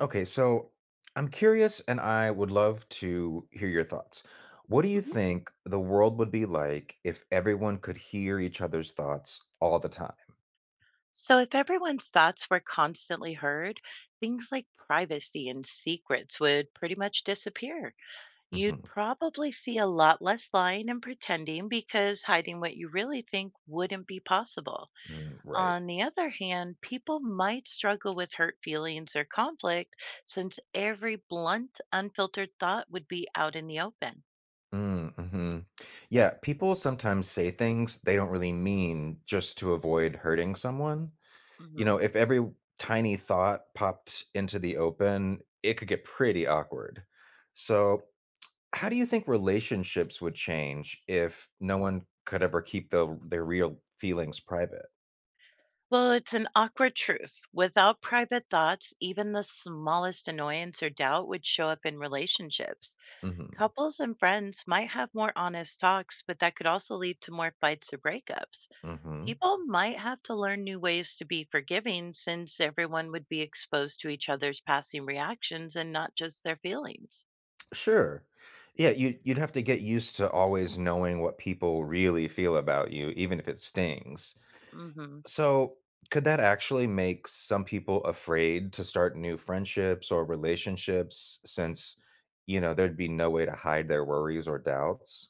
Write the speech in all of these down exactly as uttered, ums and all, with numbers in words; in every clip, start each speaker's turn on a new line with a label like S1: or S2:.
S1: Okay, so I'm curious and I would love to hear your thoughts. What do you
S2: Mhm.
S1: think the world would be like if everyone could hear each other's thoughts all the time?
S2: So, if everyone's thoughts were constantly heard, things like privacy and secrets would pretty much disappear.
S1: Mhm,
S2: You'd probably see a lot less lying and pretending because hiding what you really think wouldn't be possible.
S1: mm, right.
S2: On the other hand, people might struggle with hurt feelings or conflict since every blunt, unfiltered thought would be out in the open.
S1: Mm, mhm. Yeah, people sometimes say things they don't really mean just to avoid hurting someone. You know,
S2: Mhm.
S1: if every tiny thought popped into the open, it could get pretty awkward. So, how do you think relationships would change if no one could ever keep the their real feelings private?
S2: Well, it's an awkward truth. Without private thoughts, even the smallest annoyance or doubt would show up in relationships.
S1: Mhm.
S2: Couples and friends might have more honest talks, but that could also lead to more fights or breakups.
S1: Mhm.
S2: People might have to learn new ways to be forgiving since everyone would be exposed to each other's passing reactions and not just their feelings.
S1: Sure. Yeah, you'd you'd have to get used to always knowing what people really feel about you, even if it stings.
S2: Hmm.
S1: So, could that actually make some people afraid to start new friendships or relationships since, you know, there'd be no way to hide their worries or doubts?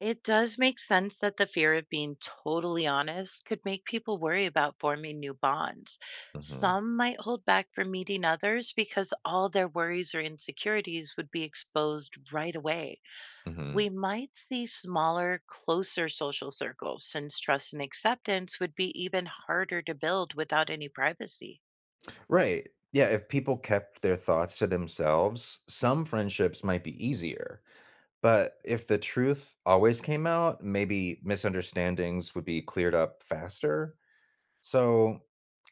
S2: It does make sense that the fear of being totally honest could make people worry about forming new bonds.
S1: Mhm.
S2: Some might hold back from meeting others because all their worries or insecurities would be exposed right away.
S1: Mhm.
S2: We might see smaller, closer social circles since trust and acceptance would be even harder to build without any privacy.
S1: Right. Yeah, if people kept their thoughts to themselves, some friendships might be easier. But if the truth always came out, maybe misunderstandings would be cleared up faster. So,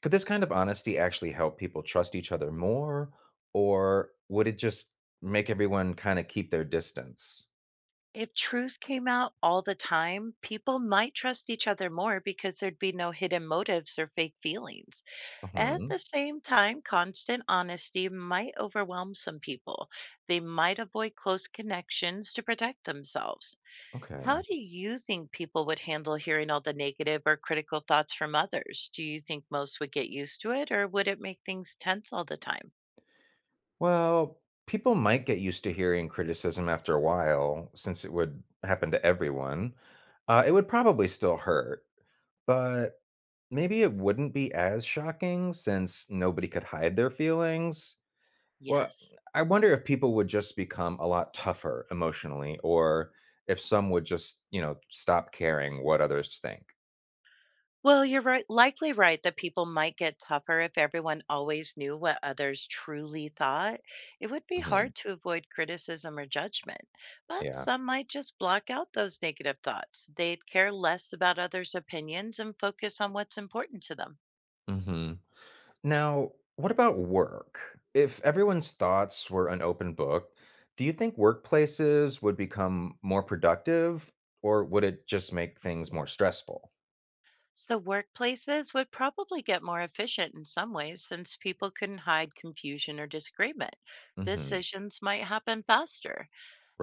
S1: could this kind of honesty actually help people trust each other more? Or would it just make everyone kind of keep their distance?
S2: If truth came out all the time, people might trust each other more because there'd be no hidden motives or fake feelings. At
S1: Hmm.
S2: the same time, constant honesty might overwhelm some people. They might avoid close connections to protect themselves.
S1: Okay.
S2: How do you think people would handle hearing all the negative or critical thoughts from others? Do you think most would get used to it, or would it make things tense all the time?
S1: Well, people might get used to hearing criticism after a while, since it would happen to everyone. Uh, it would probably still hurt, but maybe it wouldn't be as shocking since nobody could hide their feelings. Well,
S2: Yes.
S1: I wonder if people would just become a lot tougher emotionally, or if some would just, you know, stop caring what others think.
S2: Well, you're right likely right that people might get tougher if everyone always knew what others truly thought. It would be
S1: Hmm.
S2: hard to avoid criticism or judgment, but
S1: Yeah.
S2: some might just block out those negative thoughts. They'd care less about others' opinions and focus on what's important to them.
S1: hmm Now, what about work? If everyone's thoughts were an open book, do you think workplaces would become more productive or would it just make things more stressful?
S2: So, workplaces would probably get more efficient in some ways since people couldn't hide confusion or disagreement.
S1: Hmm.
S2: Decisions might happen faster.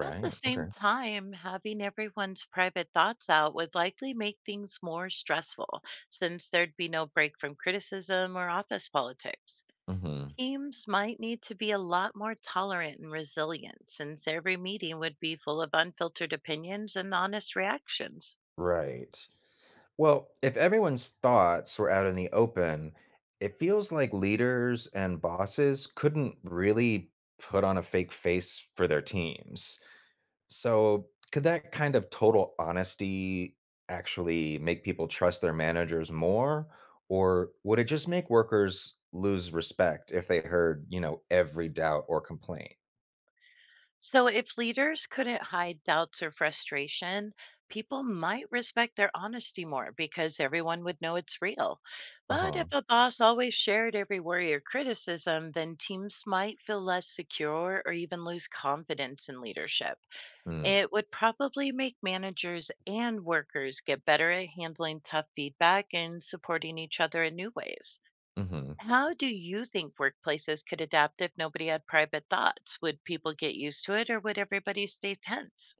S2: At the same
S1: Okay.
S2: time, having everyone's private thoughts out would likely make things more stressful, since there'd be no break from criticism or office politics.
S1: Hmm.
S2: Teams might need to be a lot more tolerant and resilient, since every meeting would be full of unfiltered opinions and honest reactions.
S1: Right. Well, if everyone's thoughts were out in the open, it feels like leaders and bosses couldn't really put on a fake face for their teams. So, could that kind of total honesty actually make people trust their managers more? Or would it just make workers lose respect if they heard, you know, every doubt or complaint?
S2: So, if leaders couldn't hide doubts or frustration, people might respect their honesty more because everyone would know it's real.
S1: Uh
S2: But if
S1: huh.
S2: a boss always shared every worry or criticism, then teams might feel less secure or even lose confidence in leadership.
S1: Mm,
S2: It would probably make managers and workers get better at handling tough feedback and supporting each other in new ways.
S1: hmm.
S2: How do you think workplaces could adapt if nobody had private thoughts? Would people get used to it, or would everybody stay tense?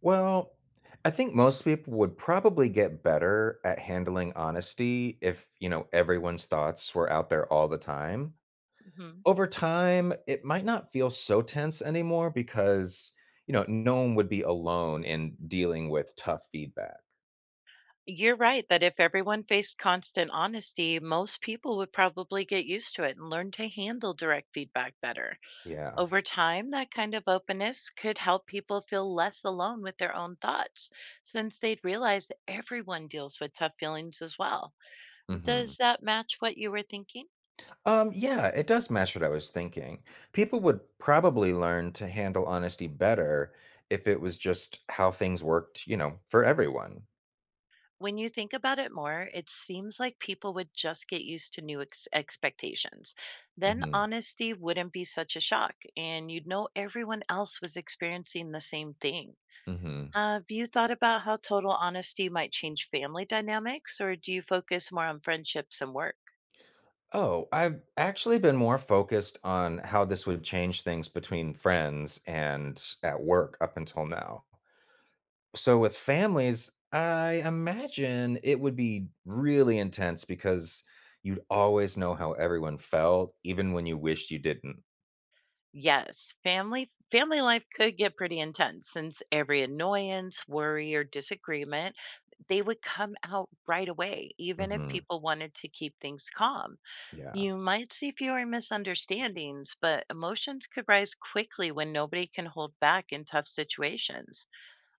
S1: Well, I think most people would probably get better at handling honesty if, you know, everyone's thoughts were out there all the time.
S2: Mhm.
S1: Over time, it might not feel so tense anymore because, you know, no one would be alone in dealing with tough feedback.
S2: You're right that if everyone faced constant honesty, most people would probably get used to it and learn to handle direct feedback better.
S1: Yeah.
S2: Over time, that kind of openness could help people feel less alone with their own thoughts, since they'd realize that everyone deals with tough feelings as well.
S1: hmm
S2: Does that match what you were thinking?
S1: Um, yeah, it does match what I was thinking. People would probably learn to handle honesty better if it was just how things worked, you know, for everyone.
S2: When you think about it more, it seems like people would just get used to new ex- expectations. Then
S1: Hmm.
S2: honesty wouldn't be such a shock, and you'd know everyone else was experiencing the same thing.
S1: hmm
S2: Have you thought about how total honesty might change family dynamics, or do you focus more on friendships and work?
S1: Oh, I've actually been more focused on how this would change things between friends and at work up until now. So with families, I imagine it would be really intense because you'd always know how everyone felt, even when you wished you didn't.
S2: Yes, family family life could get pretty intense since every annoyance, worry, or disagreement, they would come out right away, even if
S1: Hmm.
S2: people wanted to keep things calm.
S1: Yeah.
S2: You might see fewer misunderstandings, but emotions could rise quickly when nobody can hold back in tough situations.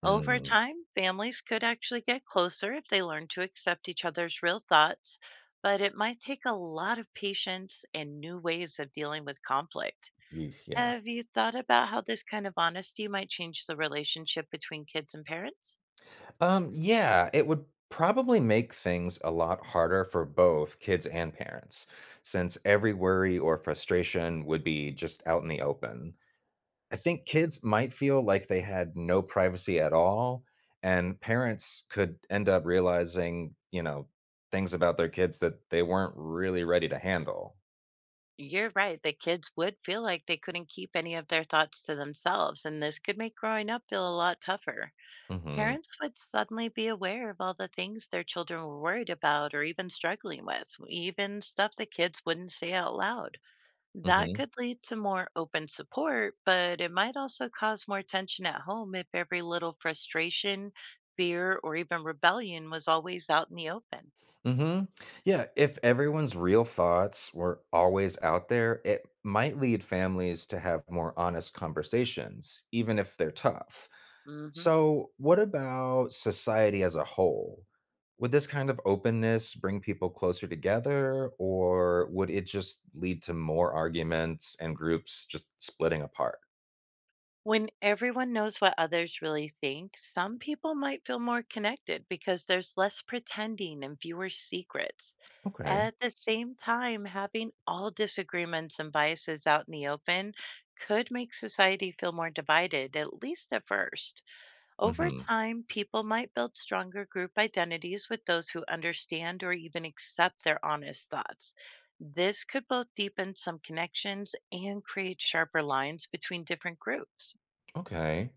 S2: Over
S1: Mm.
S2: time, families could actually get closer if they learn to accept each other's real thoughts, but it might take a lot of patience and new ways of dealing with conflict.
S1: Eesh, yeah.
S2: Have you thought about how this kind of honesty might change the relationship between kids and parents?
S1: Um, yeah, it would probably make things a lot harder for both kids and parents, since every worry or frustration would be just out in the open. I think kids might feel like they had no privacy at all, and parents could end up realizing, you know, things about their kids that they weren't really ready to handle.
S2: You're right. The kids would feel like they couldn't keep any of their thoughts to themselves, and this could make growing up feel a lot tougher.
S1: Mhm.
S2: Parents would suddenly be aware of all the things their children were worried about or even struggling with, even stuff the kids wouldn't say out loud. That
S1: Mhm.
S2: could lead to more open support, but it might also cause more tension at home if every little frustration, fear, or even rebellion was always out in the open.
S1: Mhm. Yeah, if everyone's real thoughts were always out there, it might lead families to have more honest conversations, even if they're tough.
S2: Hmm.
S1: So, what about society as a whole? Would this kind of openness bring people closer together, or would it just lead to more arguments and groups just splitting apart?
S2: When everyone knows what others really think, some people might feel more connected because there's less pretending and fewer secrets.
S1: Okay.
S2: At the same time, having all disagreements and biases out in the open could make society feel more divided, at least at first. Over
S1: Hmm.
S2: time, people might build stronger group identities with those who understand or even accept their honest thoughts. This could both deepen some connections and create sharper lines between different groups.
S1: Okay.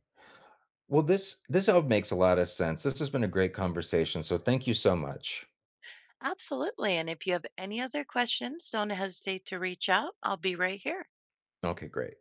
S1: Well, this this all makes a lot of sense. This has been a great conversation. So, thank you so much.
S2: Absolutely. And if you have any other questions, don't hesitate to reach out. I'll be right here.
S1: Okay, great.